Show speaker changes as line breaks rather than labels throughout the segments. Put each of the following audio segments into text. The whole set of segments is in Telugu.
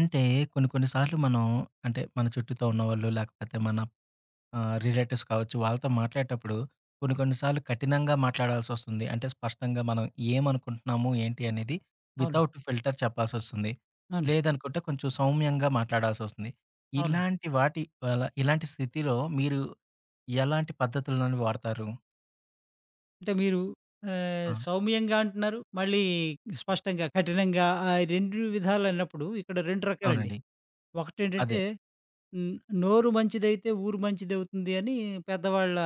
అంటే కొన్ని కొన్ని సార్లు మనం అంటే మన చుట్టూతో ఉన్నవాళ్ళు లేకపోతే మన రిలేటివ్స్ కావచ్చు. వాళ్ళతో మాట్లాడేటప్పుడు కొన్ని
అవును.
కొన్ని సార్లు కఠినంగా మాట్లాడాల్సొస్తుంది. అంటే స్పష్టంగా మనం ఏమనుకుంటున్నాము, ఏంటి అనేది
అవును.
వితౌట్ ఫిల్టర్ చెప్పాల్సొస్తుంది.
అవును.
లేదనుకుంటే కొంచెం సౌమ్యంగా మాట్లాడాల్సొస్తుంది.
అవునండి.
ఇలాంటి వాటి అలా ఇలాంటి స్థితిలో మీరు ఎలాంటి పద్ధతులను వాడతారు?
అంటే మీరు
ఆ!
సౌమ్యంగా అంటున్నారు. మళ్ళీ స్పష్టంగా, కఠినంగా 2 విధాలైనప్పుడు ఇక్కడ 2 రకాలండి.
అవునండి. అదే.
ఒకటేంటంటే హ్మ్. నోరు మంచిదైతే ఊరు మంచిదవుతుంది అని పెద్దవాళ్ళ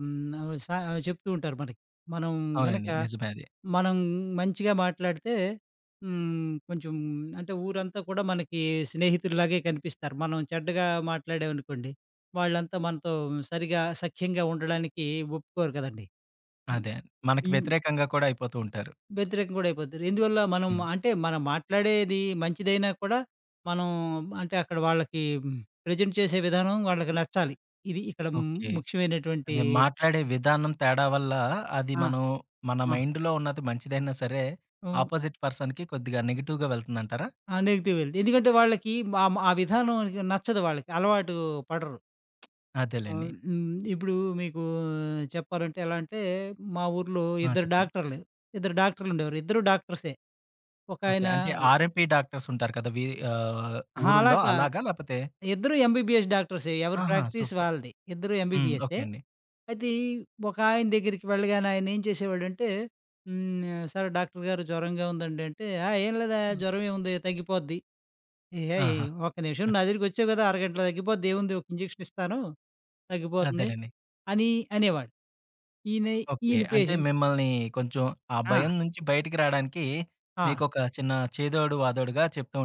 హ్మ్. ఆహ్, సా చెప్తూ ఉంటారు మనకి. మనం గనక
అవునండి. నిజమే అది.
మనం మంచిగా మాట్లాడితే కొంచెం అంటే ఊరంతా కూడా మనకి స్నేహితుల్లాగే కనిపిస్తారు. మనం చెడ్డగా మాట్లాడామనుకోండి, వాళ్ళంతా మనతో సరిగా సఖ్యంగా ఉండడానికి ఒప్పుకోరు కదండీ. హ్మ్.
అదే. మనకు
హ్మ్.
వ్యతిరేకంగా కూడా అయిపోతూ ఉంటారు.
వ్యతిరేకం కూడా అయిపోతారు. ఇందువల్ల మనం
హ్మ్.
అంటే మనం మాట్లాడేది మంచిదైనా కూడా మనం అంటే అక్కడ వాళ్ళకి ప్రెజెంట్ చేసే విధానం వాళ్ళకి నచ్చాలి. ఇది ఇక్కడ
ఓకే.
ముఖ్యమైనటువంటి
అదే మాట్లాడే విధానం తేడా వల్ల అది
ఆ!
మనం మన మైండ్‌లో ఉన్నది మంచిదైనా సరే,
ఆ!
అపోజిట్ పర్సన్‌కి కొద్దిగా నెగెటివ్‌గా వెళ్తుందంటారా?
ఆ! నెగిటివ్ వెళ్తే. ఎందుకంటే వాళ్ళకి ఆహ్, మ ఆ విధానం నచ్చదు వాళ్ళకి. అలవాటు పడరు. ఆహ్,
అదేలెండి.
హ్మ్. ఇప్పుడు మీకు చెప్పాలంటే ఎలా అంటే, మా ఊర్లో
ఆ!
ఇద్దరు
చెప్పండి.
డాక్టర్లు. ఇద్దరు డాక్టర్లుండేవారు. ఇద్దరు డాక్టర్సే.
ఓకే.
ఒకాయన
అంటే ఆర్ఎంపీ డాక్టర్స్ ఉంటారు కదా! వి ఆహ్,
అహా! అలా
ఊరుల్లో
కా
అలాగా లేపోతే
ఇద్దరు ఎంబీబీఎస్ డాక్టర్సే. ఎవరి
ఆహా!
Practice
super.
వాళ్ళది. ఇద్దరు
హ్మ్. ఓకే
ఎంబీబీఎస్సే.
అండి.
అయితే ఒకాయన దగ్గరికి వెళ్ళగానే ఆయన ఏం చేసేవాడంటే, "సార్ డాక్టర్ గారు జ్వరంగా ఉందండి" అంటే, "ఆ! ఏం లేదా జ్వరం ఏముంది తగ్గిపోద్ది." ఏహేయ్!
ఆహా!
"ఒక్క నిమిషం నా దగ్గరికొచ్చావు గదా! అరగంటలో తగ్గిపోద్ది ఏముంది ఒక ఇంజెక్షన్ ఇస్తాను తగ్గిపోతుంది"
అదేలెండి.
అని అనేవాడు. ఈయన
ఓకే.
ఈయన
అంటే
పేషెంట్
మిమ్మల్ని కొంచెం ఆ
ఆ!
భయం నుంచి బయటికి రాడానికి
ఆ!
మీకొక చిన్న చేదోడు వాదోడుగా చెప్తూ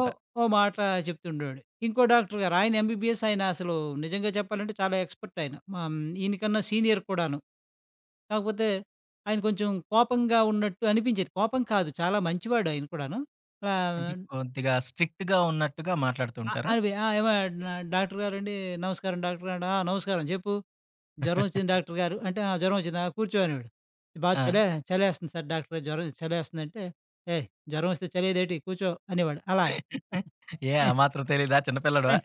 ఓ ఓ మాట చెప్తుండేవాడు. ఇంకో డాక్టర్ గారు ఆయన ఎంబీబీఎస్ ఆయన అసలు నిజంగా చెప్పాలంటే చాలా ఎక్స్‌పర్ట్ ఆయన. ఆహ్, ఈయనకన్నా సీనియర్ కూడాను. కాకపోతే ఆయన కొంచెం కోపంగా ఉన్నట్టు అనిపించేది. కోపం కాదు చాలా మంచివాడు ఆయన కూడాను. ఆహ్,
అంటే కొద్దిగా స్ట్రిక్ట్‌గా ఉన్నట్టుగా మాట్లాడుతూ
అ
ఉంటారా?
అవి "ఆ! ఏమో డాక్టర్ గారండి నమస్కారం డాక్టర్ గారు" "ఆ! నమస్కారం చెప్పు." జ్వరం వచ్చింది డాక్టర్ గారు. అంటే ఆ! జ్వరం వచ్చిందా? కూర్చో అనేవాడు. బాగా
ఆ!
చలే చలేస్తుంది సార్ డాక్టర్ గారు, జ్వరం చలేస్తుందంటే, "ఏయ్! జ్వరం వస్తే చలేదేటి కూర్చో" అనేవాడు. అలాగా.
ఏ ఆ మాత్రం తెలీదా? చిన్న పిల్లోడివా?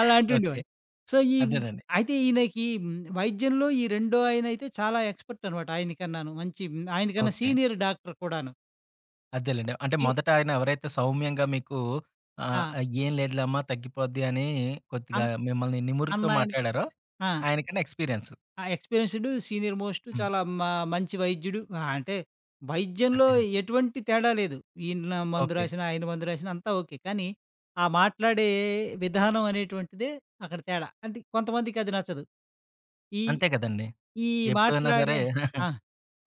అలా
ఓకే.
అంటుండేవాడు. సో, ఈ
అదేనండి.
అయితే ఈయనకి వైద్యంలో ఈ రెండో ఆయనైతే చాలా ఎక్స్‌పర్ట్ అనమాట ఆయనకన్నాను. మంచి ఆయనకన్నా
ఓకే.
సీనియర్ డాక్టర్ కూడాను.
అదేలెండి. అంటే
ఈ
మొదట ఆయన ఎవరైతే సౌమ్యంగా మీకు ఆహ్,
ఆ!
"ఏం లేదులే అమ్మ తగ్గిపోద్ది" అని కొద్దిగా
అన్
మిమ్మల్ని నిమురుతూ
అన్నాయనకి
మాట్లాడారో,
ఆ!
ఆయనకన్నా ఎక్స్‌పీరియన్స్.
ఆ! ఎక్స్‌పీరియన్స్‌డ్, సీనియర్ మోస్ట్
హ్మ్.
చాలా మ మంచి వైద్యుడు. ఆ! అంటే వైద్యంలో
అదేనండి.
ఎటువంటి తేడా లేదు. ఈయన మందు
ఓకే.
రాసినా, ఆయన మందు రాసినా అంతా ఓకే. కానీ ఆ మాట్లాడే విధానం అనేటువంటిదే అక్కడ తేడా. అంటే కొంతమందికి అది నచ్చదు. ఈ
అంతే కదండీ.
ఈ
ఎప్పుడైనా సరే
మాట్లాడే ఆ!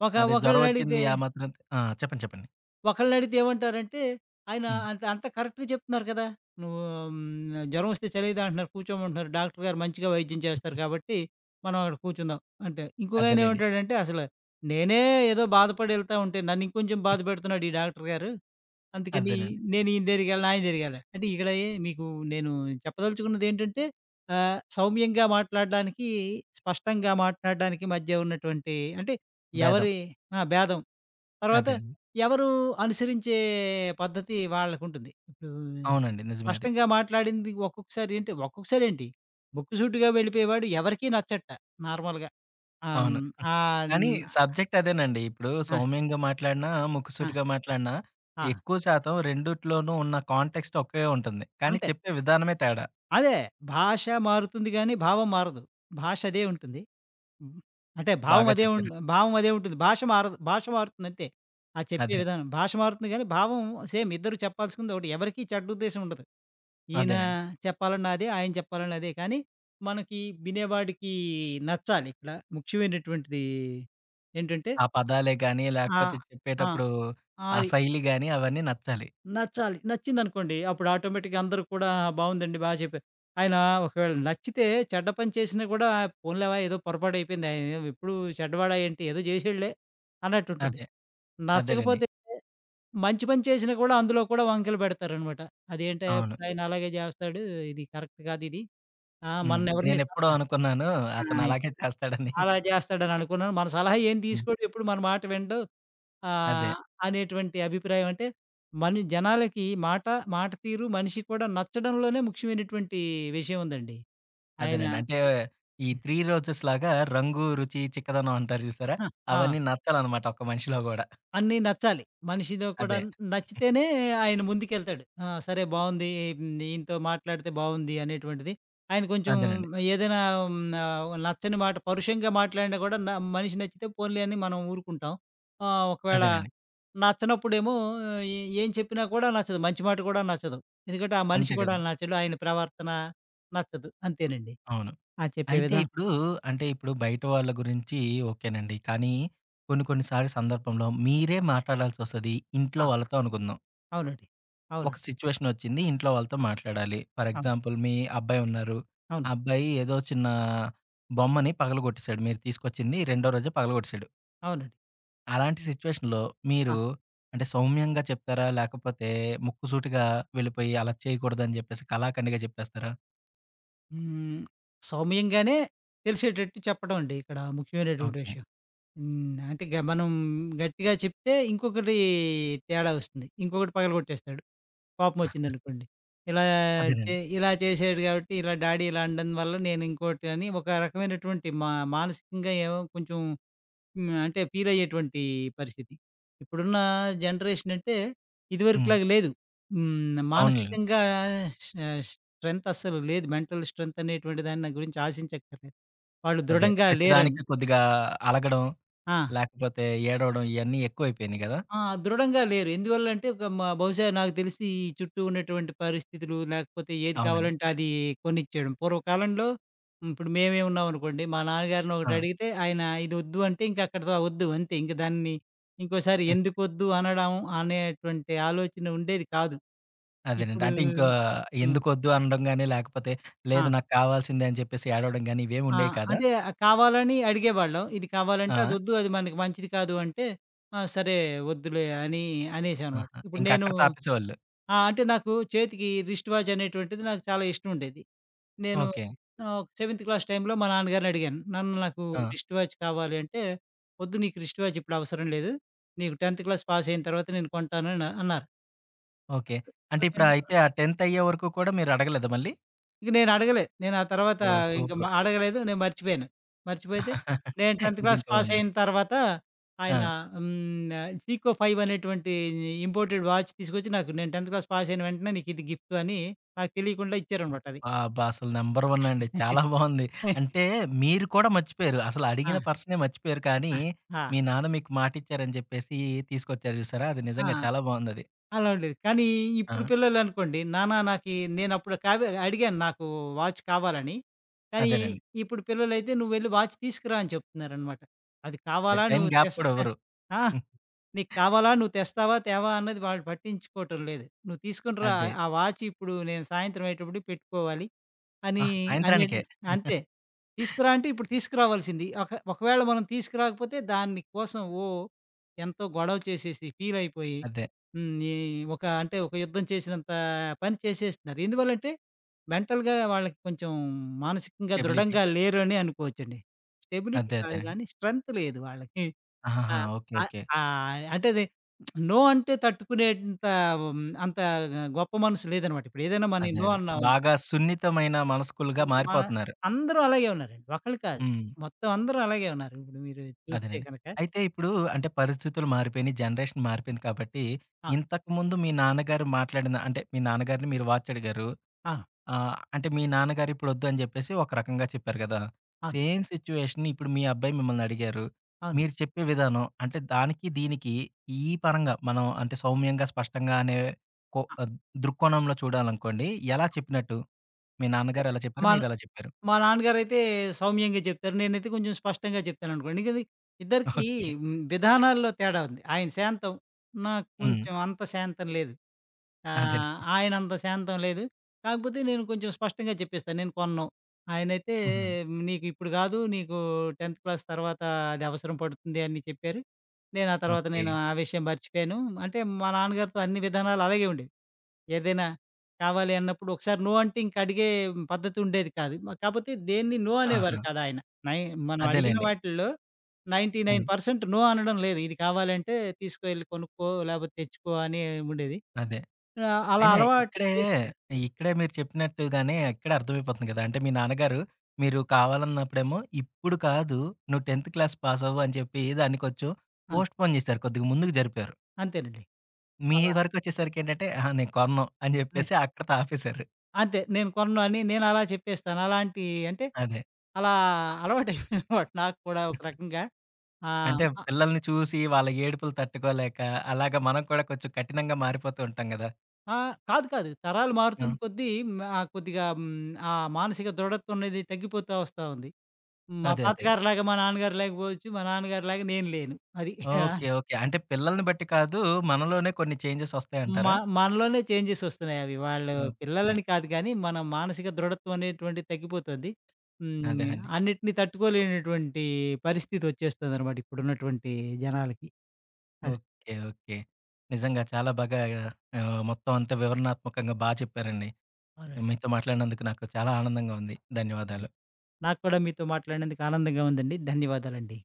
ఒక
అదే జ్వరమొచ్చింది
ఒకళ్ళనడిగితే
ఆ మాత్రం ఆ! చెప్పండి. చెప్పండి.
ఒకళ్ళనడిగితే ఏమంటారంటే, ఆయన
హ్మ్.
అంత అంత కరెక్ట్‌గా చెప్తున్నారు కదా! నువ్వు జ్వరం వస్తే చలియదు అంటున్నారు, కూర్చోమంటున్నారు. డాక్టర్ గారు మంచిగా వైద్యం చేస్తారు కాబట్టి, మనం అక్కడ కూర్చుందాం అంటే, ఇంకొకాయన
అదేలెండి.
ఏమంటాడంటే, అసలు నేనే ఏదో బాధపడి ఎళ్తా ఉంటే, నన్ను ఇంకొంచెం బాధ పెడుతున్నాడు ఈ డాక్టర్ గారు. అందుకని
అదేనండి.
నేను ఈయన దగ్గరికెళ్ళను, ఆయన దగ్గరికెళ్ళను. అంటే ఇక్కడ మీకు నేను చెప్పదలుచుకున్నదేంటంటే, సౌమ్యంగా మాట్లాడడానికి, స్పష్టంగా మాట్లాడడానికి మధ్య ఉన్నటువంటి అంటే
భేదం.
ఎవరి ఆ! భేదం. తర్వాత
అదేనండి.
ఎవరు అనుసరించే పద్ధతి వాళ్ళకుంటుంది. ఇప్పుడు
అవునండి. నిజమే అది.
స్పష్టంగా మాట్లాడింది ముక్కుసూటిగా వెళ్ళిపోయేవాడు ఎవరికీ నచ్చట నార్మల్‌గా. ఆహ్,
అవును.
హ్మ్, ఆహ్,
కానీ
హ్మ్,
సబ్జెక్ట్ అదేనండి. ఇప్పుడు
ఆహ్,
సౌమ్యంగా మాట్లాడినా,
ఆహ్,
ముక్కుసూటిగా మాట్లాడినా
ఆ!
ఎక్కువ శాతం రెండిట్లోనూ ఉన్న కాంటెక్స్ట్ ఒకే ఉంటుంది. కానీ
అంటే
చెప్పే విధానమే తేడా.
అదే భాష మారుతుంది గానీ, భావం మారదు. భాష అదే ఉంటుంది. హ్మ్. అంటే
బాగా చెప్పారు.
భావం అదే ఉంటుంది. భాష మారదు. భాష మారుతుంది అంతే. ఆ చెప్పే
అదే.
విధానం. భాష మారుతుంది గానీ, భావం సేమ్ ఇద్దరు చెప్పాల్సింది ఒకటి. ఎవరికీ చెడ్డ ఉద్దేశ్యం ఉండదు. ఈయన
అదేనండి.
చెప్పాలన్నా అదే, ఆయన చెప్పాలన్నా అదే. కానీ మనకి వినేవాడికి నచ్చాలి. ఇక్కడ ముఖ్యమైనటువంటిది ఏంటంటే
ఆ పదాలే గాని, లేకపోతే
ఆహ్, ఆ!
చెప్పేటప్పుడు ఆ
అది
శైలి గాని అవన్నీ నచ్చాలి.
నచ్చాలి. నచ్చిందనుకోండి అప్పుడు ఆటోమేటిక్‌గా అందరూ కూడా బావుందండి, బా చెప్పారు. ఆయన ఒకవేళ నచ్చితే చెడ్డ పని చేసినా కూడా పోన్లేవా ఏదో పొరపాటు అయిపోయింది. ఆయన ఎప్పుడు చెడ్డవాడాయేంటి ఏదో చేసేడులే అన్నట్టుంటుంది.
అదే. అదేలెండి.
నచ్చకపోతే మంచి పని చేసినా కూడా అందులో కూడా వంకలు పెడతారనమాట. అదేంటే
అవును.
ఇప్పుడాయన అలాగే చేస్తాడు. ఇది కరెక్ట్ కాదిది.
హ్మ్.
మననెవరిని
నేనెప్పుడో
సలహా
అనుకున్నాను అతను
ఆయ్.
అలాగే చేస్తాడని.
అలా చేస్తాడని అనుకున్నాను. మన సలహా ఏం
హ్మ్.
తీసుకోడు. ఎప్పుడు మన మాట వినడు. ఆ!
అదే.
ఆహ్, అనేటువంటి అభిప్రాయం అంటే మన జనాలకి మాట, మాట తీరు, మనిషి కూడా నచ్చడంలోనే ముఖ్యమైనటువంటి విషయం ఉందండి. ఆయన
అదేనండి. అంటే ఈ
హ్మ్.
3 రోజెస్ లాగా రంగు, రుచి, చిక్కదనం అంటారు చూసారా?
ఆ!
అవన్నీ నచ్చాలన్నమాట ఒక మనిషిలో గూడా.
అన్నీ నచ్చాలి. మనిషిలో కూడా
అదే.
నచ్చితేనే ఆయన ముందుకెళ్తాడు. ఆ! సరే బావుంది. ఈయనతో మాట్లాడితే బావుంది అనేటువంటిది. ఆయన కొంచెం
అదేనండి.
ఏదైనా హ్మ్, నచ్చని మాట పరుషంగా మాట్లాడినా కూడా మనిషి నచ్చితే పోన్లే అని మనం ఊరుకుంటాం. ఒకవేళ
అదేనండి.
నచ్చనప్పుడేమో ఆ, ఏ ఏం చెప్పినా కూడా నచ్చదు. మంచి మాట కూడా నచ్చదు. ఎందుకంటే ఆ మనిషి
అంతే
కూడా
కదా!
నచ్చడు. ఆయన ప్రవర్తన నచ్చదు. అంతేనండి.
అవును.
ఆ! చెప్పే
అయితే
విధానం.
ఇప్పుడు అంటే ఇప్పుడు బయట వాళ్ళ గురించి ఓకేనండి. కానీ కొన్ని కొన్ని సార్లు సందర్భంలో మీరే మాట్లాడాల్సొస్తది. ఇంట్లో
ఆ!
వాళ్ళతో అనుకుందాం.
అవునండి.
ఒక
అవునండి.
సిచ్యువేషనొచ్చింది. ఇంట్లో వాళ్ళతో మాట్లాడాలి. ఫర్
అవును.
ఎగ్జాంపుల్ మీ అబ్బాయి ఉన్నారు. ఆ
అవును.
అబ్బాయి ఏదో చిన్న బొమ్మని పగలగొట్టేసాడు. మీరు తీసుకొచ్చింది రెండో రోజే పగలగొట్టేసాడు.
అవునండి.
అలాంటి సిచ్యువేషన్‌లో మీరు
ఆ!
అంటే సౌమ్యంగా చెప్తారా? లేకపోతే ముక్కుసూటిగా వెళ్ళిపోయి అలా చేయకూడదని చెప్పేసి కళాఖండిగా చెప్పేస్తారా?
హ్మ్. సౌమ్యంగానే తెలిసేటట్టు చెప్పడం అండి ఇక్కడ ముఖ్యమైనటువంటి
ఓకే.
విషయం. అంటే మనం గట్టిగా చెప్తే ఇంకొకటి తేడా వస్తుంది. ఇంకొకటి పగలగొట్టేస్తాడు. కోపమొచ్చిందనుకోండి. ఇలా
అదేనండి.
ఇలా చేసాడు కాబట్టి ఇలా డాడీ ఇలా అనడం వల్ల నేను ఇంకోటి అని ఒక రకమైనటువంటి మానసికంగా ఏమో కొంచెం అంటే ఫీలయ్యేటువంటి పరిస్థితి. ఇప్పుడున్న జనరేషన్ అంటే
హ్మ్.
ఇదివరకులాగా లేదు.
అవునులెండి.
మానసికంగా ష స్ట్రెంత్ అస్సలు లేదు. మెంటల్ స్ట్రెంత్ అనేటువంటి దాన్ని నా గురించి ఆశించక్కర్లేదు. వాళ్ళు
అదే.
దృఢంగా లేరని.
ప్రతిదానికి కొద్దిగా అలగడం,
ఆ!
లేకపోతే ఏడవడం ఇయన్నీ ఎక్కువైపోయినియి గదా!
ఆ! దృఢంగా లేరు. ఎందువల్లంటే ఒక మ బహుశా నాకు తెలిసి ఈ చుట్టూ ఉన్నటువంటి పరిస్థితులు, లేకపోతే ఏది
అవునండి.
కావాలంటే అది కొనిచ్చేయడం. పూర్వకాలంలో ఇప్పుడు మేమే ఉన్నామనుకోండి, మా నాన్నగారిని
ఆ!
ఒకటడిగితే ఆయన ఇదొద్దు అంటే ఇంక అక్కడితో వద్దు అంతే. ఇంకోసారి ఎందుకొద్దు అనడం అనేటువంటి ఆలోచన ఉండేది కాదు.
అదేనండి.
ఇప్పుడు
అంటే ఇంకా
హ్మ్.
ఎందుకొద్దు అనడం గాని, లేకపోతే
ఆ!
లేదు నాకు కావాల్సిందే అని చెప్పేసి ఏడవడం గాని ఇవేమి
ఆ!
ఉండేవి కాదా?
అంటే కావాలని అడిగేవాళ్ళం. ఇది కావాలంటే
ఆ!
అదొద్దు, అది మనకి మంచిది కాదు అంటే, ఆ! సరే వద్దులే అని అనేసామనమాట.
ఆహా!
ఇప్పుడు
ఇంక
నేను
అక్కడితో ఆపేసేవాళ్ళు.
ఆ! అంటే నాకు చేతికి రిస్ట్ వాచ్ అనేటువంటిది నాకు చాలా ఇష్టం ఉండేది. నేను
ఓకే.
సెవెంత్ క్లాస్ టైమ్‌లో మా నాన్నగారిని అడిగాను. నాన్న నాకు
ఆ!
రిస్ట్ వాచ్ కావాలి అంటే, "వద్దు నీకు రిస్ట్ వాచ్ ఇప్పుడు అవసరం లేదు. నీకు 10th క్లాస్ పాస్ అయిన తర్వాత నేను కొంటాను" అని అన్నారు.
ఓకే.
సో,
అంటే
నేను
ఇప్పుడయితే ఆ 10థ్ అయ్యే వరకు కూడా మీరు అడగలేదా మళ్ళీ?
ఇంక నేను అడగలే. నేను ఆ తర్వాత
ఓహ్!
ఇంక మ
సూపరు.
అడగలేదు. నేను మర్చిపోయాను. మర్చిపోతే నేను 10th క్లాస్
ఇదింకా
పాస్
బావుంది.
అయిన తర్వాత
ఆ!
ఆయన సీకో 5 అనేటువంటి ఇంపోర్టెడ్ వాచ్ తీసుకొచ్చి నాకు నేను 10th క్లాస్ పాస్ అయిన వెంటనే నీకు ఇది గిఫ్ట్ అని నాకు తెలియకుండా ఇచ్చారనమాట అది.
అబ్బా! అసలు నంబర్ 1 అండి. చాలా బావుంది. అంటే మీరు కూడా మర్చిపోయారు. అసలు
ఆ!
అడిగిన
ఆ!
పర్సనే మర్చిపోయారు. కానీ
ఆ!
మీ నాన్న మీకు మాటిచ్చారని చెప్పేసి తీసుకొచ్చారు చూసారా? అది
ఆ!
నిజంగా చాలా బావుందది.
అలా ఉండేది. కానీ
ఆ!
ఇప్పుడు పిల్లలనుకోండి, నాన్న నాకీ నేనప్పుడు కావే అడిగాను నాకు వాచ్ కావాలని. కానీ
అదేనండి.
ఇప్పుడు పిల్లలైతే "నువ్వెళ్లి వాచ్ తీసుకురా" అని చెప్తున్నారనమాట. అది
అదే
కావాలా
టైం
నువ్వు
గ్యాప్ కూడా
తెస్తా
ఇవ్వరు.
ఆ!
హ్మ్.
"నీకు కావాలా నువ్వు తెస్తావా, తేవా" అన్నది వాళ్ళు పట్టించుకోవటం లేదు. "నువ్వు తీసుకొని రా,
అదే.
ఆ వాచ్ ఇప్పుడు నేను సాయంత్రం అయ్యేటప్పటికి పెట్టుకోవాలి." అని అనే
సాయంత్రానికే.
అంతే. తీసుకురా అంటే ఇప్పుడు తీసుకురావాల్సింది. ఒకవేళ మనం తీసుకురాకపోతే దాన్ని కోసం ఓ ఎంతో గొడవ చేసేసి ఫీలయిపోయి
అదే.
హ్మ్. ఈ ఒక అంటే ఒక యుద్ధం చేసినంత పని చేసేస్తున్నారు. ఎందువల్లంటే మెంటల్‌గా వాళ్ళకి కొంచెం మానసికంగా
స్టెబిలిటీ.
దృఢంగా లేరు అని అనుకోవచ్చండి. స్టెబిలిటీ
అదే.
కాదు
అదేనండి.
గానీ స్ట్రెంత్ లేదు వాళ్ళకి. ఆ!
ఆహాహా! ఓకే.
ఆహ్,
ఓకే.
అంటే అది నో అంటే తట్టుకునేంత అంత గొప్ప మనసు లేదనమాట. ఇప్పుడు ఏదైనా మనం నో
అదేనండి.
అన్నాం
బాగా సున్నితమైన మనస్కులుగా
హ్మ్. మన
మారిపోతున్నారు.
అందరూ అలాగే ఉన్నారండి. ఒకళ్ళు కాదు.
హ్మ్.
మొత్తం అందరూ అలాగే ఉన్నారు. ఇప్పుడు మీరు చూస్తే
అదేనండి.
కనుక.
అయితే ఇప్పుడు అంటే పరిస్థితులు మారిపోయినియి, జనరేషన్ మారిపోయింది కాబట్టి,
ఆ!
ఇంతకుముందు మీ నాన్నగారు మాట్లాడిన అంటే మీ నాన్నగారిని మీరు వాచడిగారు.
ఆ!
అంటే మీ నాన్నగారు ఇప్పుడొద్దు అని జెప్పేసి ఒక రకంగా చెప్పారు గదా!
అవును.
సేమ్ సిచ్యుయేషన్ ఇప్పుడు మీ అబ్బాయి మిమ్మల్ని అడిగారు.
అవును.
మీరు చెప్పే విధానం అంటే దానికి, దీనికి ఈ పరంగా మనం అంటే సౌమ్యంగా, స్పష్టంగా అనే కొ దృక్కోణంలో చూడాలనుకోండి ఎలా చెప్పినట్టు? మీ
అంటే
నాన్నగారు ఎలా చెప్పారు?
మా
మీరెలా చెప్పారు?
మా నాన్నగారైతే సౌమ్యంగా చెప్తారు. నేనైతే కొంచెం స్పష్టంగా చెప్తాననుకోండి. ఇద్దరికీ
ఓకే.
విధానాల్లో తేడా ఉంది. ఆయన శాంతం. నాకు
హ్మ్.
కొంచెం అంత శాంతం లేదు.
అదేనండి.
ఆయనంత శాంతం లేదు. కాకపోతే నేను కొంచెం స్పష్టంగా చెప్పేస్తాను. నేను కొనను. ఆయనైతే
హ్మ్.
"నీకు ఇప్పుడు గాదు. నీకు 10థ్ క్లాస్ తర్వాత అది అవసరం పడుతుంది" అని చెప్పారు. నేను ఆ హ్మ్. తర్వాత
ఓకే.
నేను ఆ విషయం మర్చిపోయాను. అంటే మా నాన్నగారితో అన్ని విధానాలు అలాగే ఉండేవి. ఏదైనా కావాలి అన్నప్పుడు ఒకసారి నో అంటే ఇంక అడిగే పద్ధతి ఉండేది కాదు. కాపోతే దేన్ని నో హ్మ్. అనేవారు
ఆహా!
కాదు ఆయన. నై మనం అడిగిన
అదేలెండి.
వాటిల్లో
హ్మ్.
99% నో అనడం లేదు. ఇది కావాలంటే తీసుకెళ్ళి కొనుక్కో లేకపోతే తెచ్చుకో అని ఉండేది.
అదే.
ఆ! అలా
అయినా
అలవాటు
ఇక్కడే,
చేస్తే
ఇక్కడే మీరు చెప్పినట్టుగానే ఇక్కడే అర్థమైపోతుంది కదా! అంటే మీ నాన్నగారు మీరు కావాలన్నప్పుడేమో ఇప్పుడు కాదు, నువ్వు 10థ్ క్లాస్ పాసవ్వు అని చెప్పి దాన్ని కొంచెం
ఆ!
పోస్ట్‌పోన్ చేశారు. కొద్దిగా ముందుకు జరిపారు.
అంతేనండి.
మీ
అలా
వరకొచ్చేసరికి ఏంటంటే, అహా! నేను కొనను అని
నే
చెప్పేసి అక్కడితో ఆపేశారు.
అంతే. నేను కొనను అని నేను అలా చెప్పేస్తాను. అలాంటి అంటే
అదే.
అలా అలవాటయిపోయిందనమాట నాకు కూడా ఒక రకంగా. ఆహ్,
అంటే
అ
పిల్లల్ని చూసి వాళ్ళ ఏడుపులు తట్టుకోలేక, అలాగా మనం కూడా కొంచెం కఠినంగా మారిపోతూ ఉంటాం కదా!
ఆ! కాదు కాదు. తరాలు మారుతున్న
హ్మ్.
కొద్దీ కొద్దిగా ఆ మానసిక దృఢత్వం అనేది తగ్గిపోతా వస్తా ఉంది. మా
అదే. అదే.
తాతగారిలాగా మా నాన్నగారు లేకపోవచ్చు. మా నాన్నగారిలాగా నేను లేను. అది.
ఓకే. ఓకే. అంటే పిల్లల్ని బట్టి కాదు, మనలోనే కొన్ని చేంజెస్
మ
వస్తాయంటారా?
మనలోనే చేంజెస్ వస్తున్నాయవి. వాళ్ళు హ్మ్.
ఓకే.
పిల్లలని కాదు గానీ, మన మానసిక దృఢత్వం అనేటువంటిది తగ్గిపోతుంది.
అదేనండి.
అన్నిటిని తట్టుకోలేనటువంటి పరిస్థితొచ్చేస్తదనమాట ఇప్పుడున్నటువంటి జనాలకి. అది.
ఓకే. ఓకే. నిజంగా చాలా బాగా మొత్తం అంతా వివరణాత్మకంగా బా చెప్పారండి.
అవునండి.
మీతో మాట్లాడినందుకు నాకు చాలా ఆనందంగా ఉంది. ధన్యవాదాలు.
నాకు కూడా మీతో మాట్లాడినందుకు ఆనందంగా ఉందండి. ధన్యవాదాలండి.